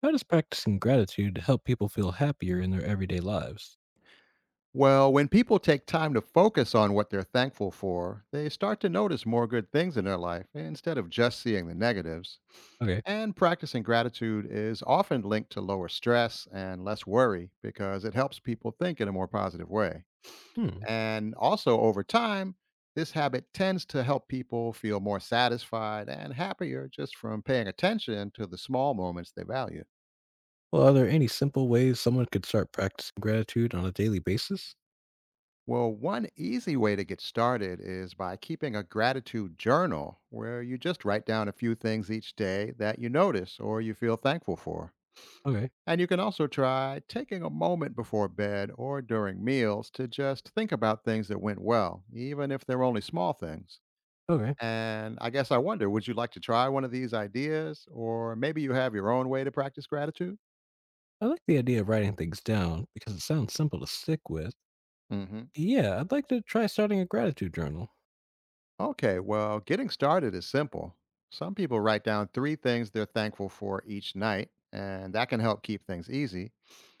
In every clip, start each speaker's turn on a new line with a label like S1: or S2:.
S1: How does practicing gratitude help people feel happier in their everyday lives?
S2: Well, when people take time to focus on what they're thankful for, they start to notice more good things in their life instead of just seeing the negatives.
S1: Okay.
S2: And practicing gratitude is often linked to lower stress and less worry because it helps people think in a more positive way.
S1: Hmm.
S2: And also, over time, this habit tends to help people feel more satisfied and happier just from paying attention to the small moments they value.
S1: Well, are there any simple ways someone could start practicing gratitude on a daily basis?
S2: Well, one easy way to get started is by keeping a gratitude journal where you just write down a few things each day that you notice or you feel thankful for.
S1: Okay.
S2: And you can also try taking a moment before bed or during meals to just think about things that went well, even if they're only small things.
S1: Okay.
S2: And I guess I wonder, would you like to try one of these ideas? Or maybe you have your own way to practice gratitude?
S1: I like the idea of writing things down because it sounds simple to stick with.
S2: Hmm.
S1: Yeah, I'd like to try starting a gratitude journal.
S2: Okay, well, getting started is simple. Some people write down three things they're thankful for each night, and that can help keep things easy.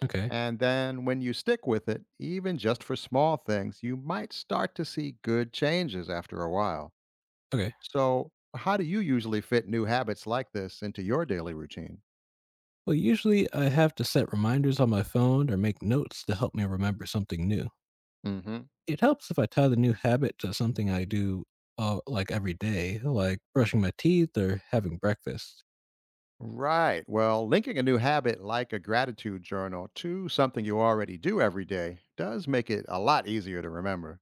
S1: Okay.
S2: And then when you stick with it, even just for small things, you might start to see good changes after a while.
S1: Okay.
S2: So, how do you usually fit new habits like this into your daily routine?
S1: Well, usually I have to set reminders on my phone or make notes to help me remember something new.
S2: Hmm.
S1: It helps if I tie the new habit to something I do like every day, like brushing my teeth or having breakfast.
S2: Right. Well, linking a new habit like a gratitude journal to something you already do every day does make it a lot easier to remember.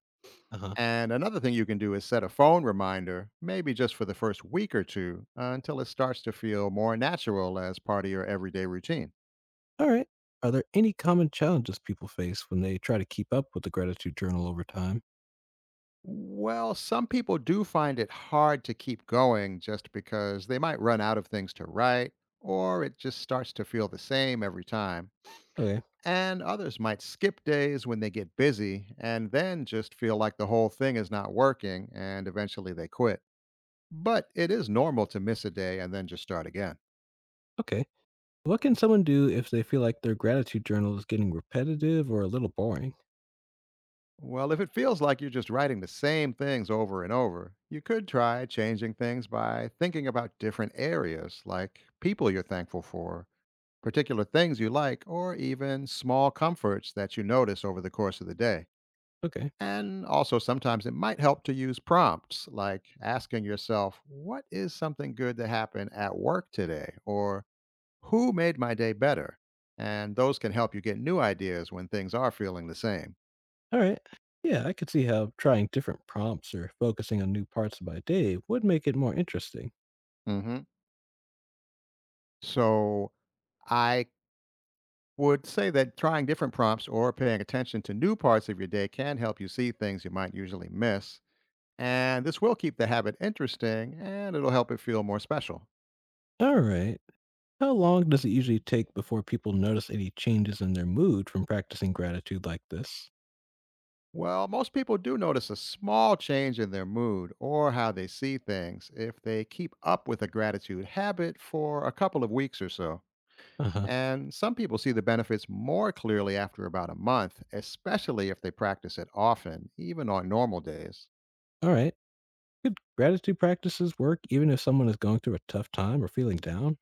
S1: Uh-huh.
S2: And another thing you can do is set a phone reminder, maybe just for the first week or two, until it starts to feel more natural as part of your everyday routine.
S1: All right. Are there any common challenges people face when they try to keep up with the gratitude journal over time?
S2: Well, some people do find it hard to keep going just because they might run out of things to write, or it just starts to feel the same every time.
S1: Okay.
S2: And others might skip days when they get busy and then just feel like the whole thing is not working and eventually they quit. But it is normal to miss a day and then just start again.
S1: Okay. What can someone do if they feel like their gratitude journal is getting repetitive or a little boring?
S2: Well, if it feels like you're just writing the same things over and over, you could try changing things by thinking about different areas, like people you're thankful for, particular things you like, or even small comforts that you notice over the course of the day.
S1: Okay.
S2: And also, sometimes it might help to use prompts like asking yourself, What is something good that happened at work today? Or Who made my day better? And those can help you get new ideas when things are feeling the same.
S1: All right. Yeah, I could see how trying different prompts or focusing on new parts of my day would make it more interesting.
S2: Hmm. So I would say that trying different prompts or paying attention to new parts of your day can help you see things you might usually miss. And this will keep the habit interesting and it'll help it feel more special.
S1: All right. How long does it usually take before people notice any changes in their mood from practicing gratitude like this?
S2: Well, most people do notice a small change in their mood or how they see things if they keep up with a gratitude habit for a couple of weeks or so.
S1: Uh huh.
S2: And some people see the benefits more clearly after about a month, especially if they practice it often, even on normal days.
S1: All right. Could gratitude practices work even if someone is going through a tough time or feeling down?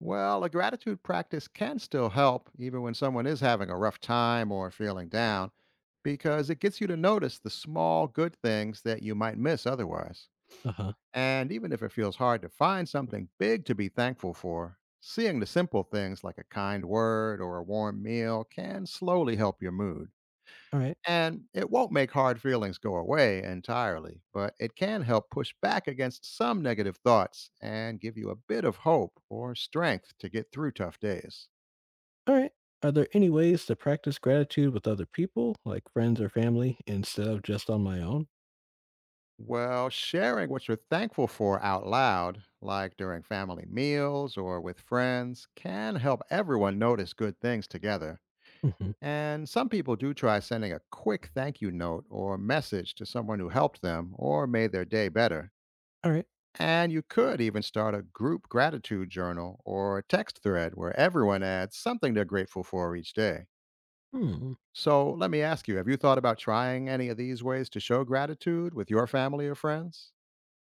S2: Well, a gratitude practice can still help, even when someone is having a rough time or feeling down, because it gets you to notice the small good things that you might miss otherwise.
S1: Uh huh.
S2: And even if it feels hard to find something big to be thankful for, seeing the simple things like a kind word or a warm meal can slowly help your mood.
S1: All right.
S2: And it won't make hard feelings go away entirely, but it can help push back against some negative thoughts and give you a bit of hope or strength to get through tough days.
S1: All right. Are there any ways to practice gratitude with other people, like friends or family, instead of just on my own?
S2: Well, sharing what you're thankful for out loud, like during family meals or with friends, can help everyone notice good things together.
S1: Mm-hmm.
S2: And some people do try sending a quick thank you note or message to someone who helped them or made their day better.
S1: All right.
S2: And you could even start a group gratitude journal or a text thread where everyone adds something they're grateful for each day.
S1: Hmm.
S2: So let me ask you, have you thought about trying any of these ways to show gratitude with your family or friends?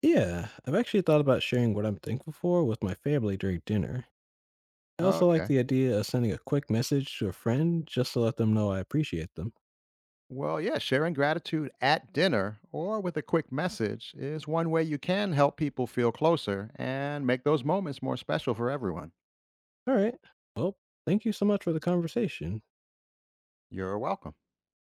S1: Yeah, I've actually thought about sharing what I'm thankful for with my family during dinner. I also like
S2: Okay.
S1: the idea of sending a quick message to a friend just to let them know I appreciate them.
S2: Well, yeah, sharing gratitude at dinner or with a quick message is one way you can help people feel closer and make those moments more special for everyone.
S1: All right. Well, thank you so much for the conversation.
S2: You're welcome.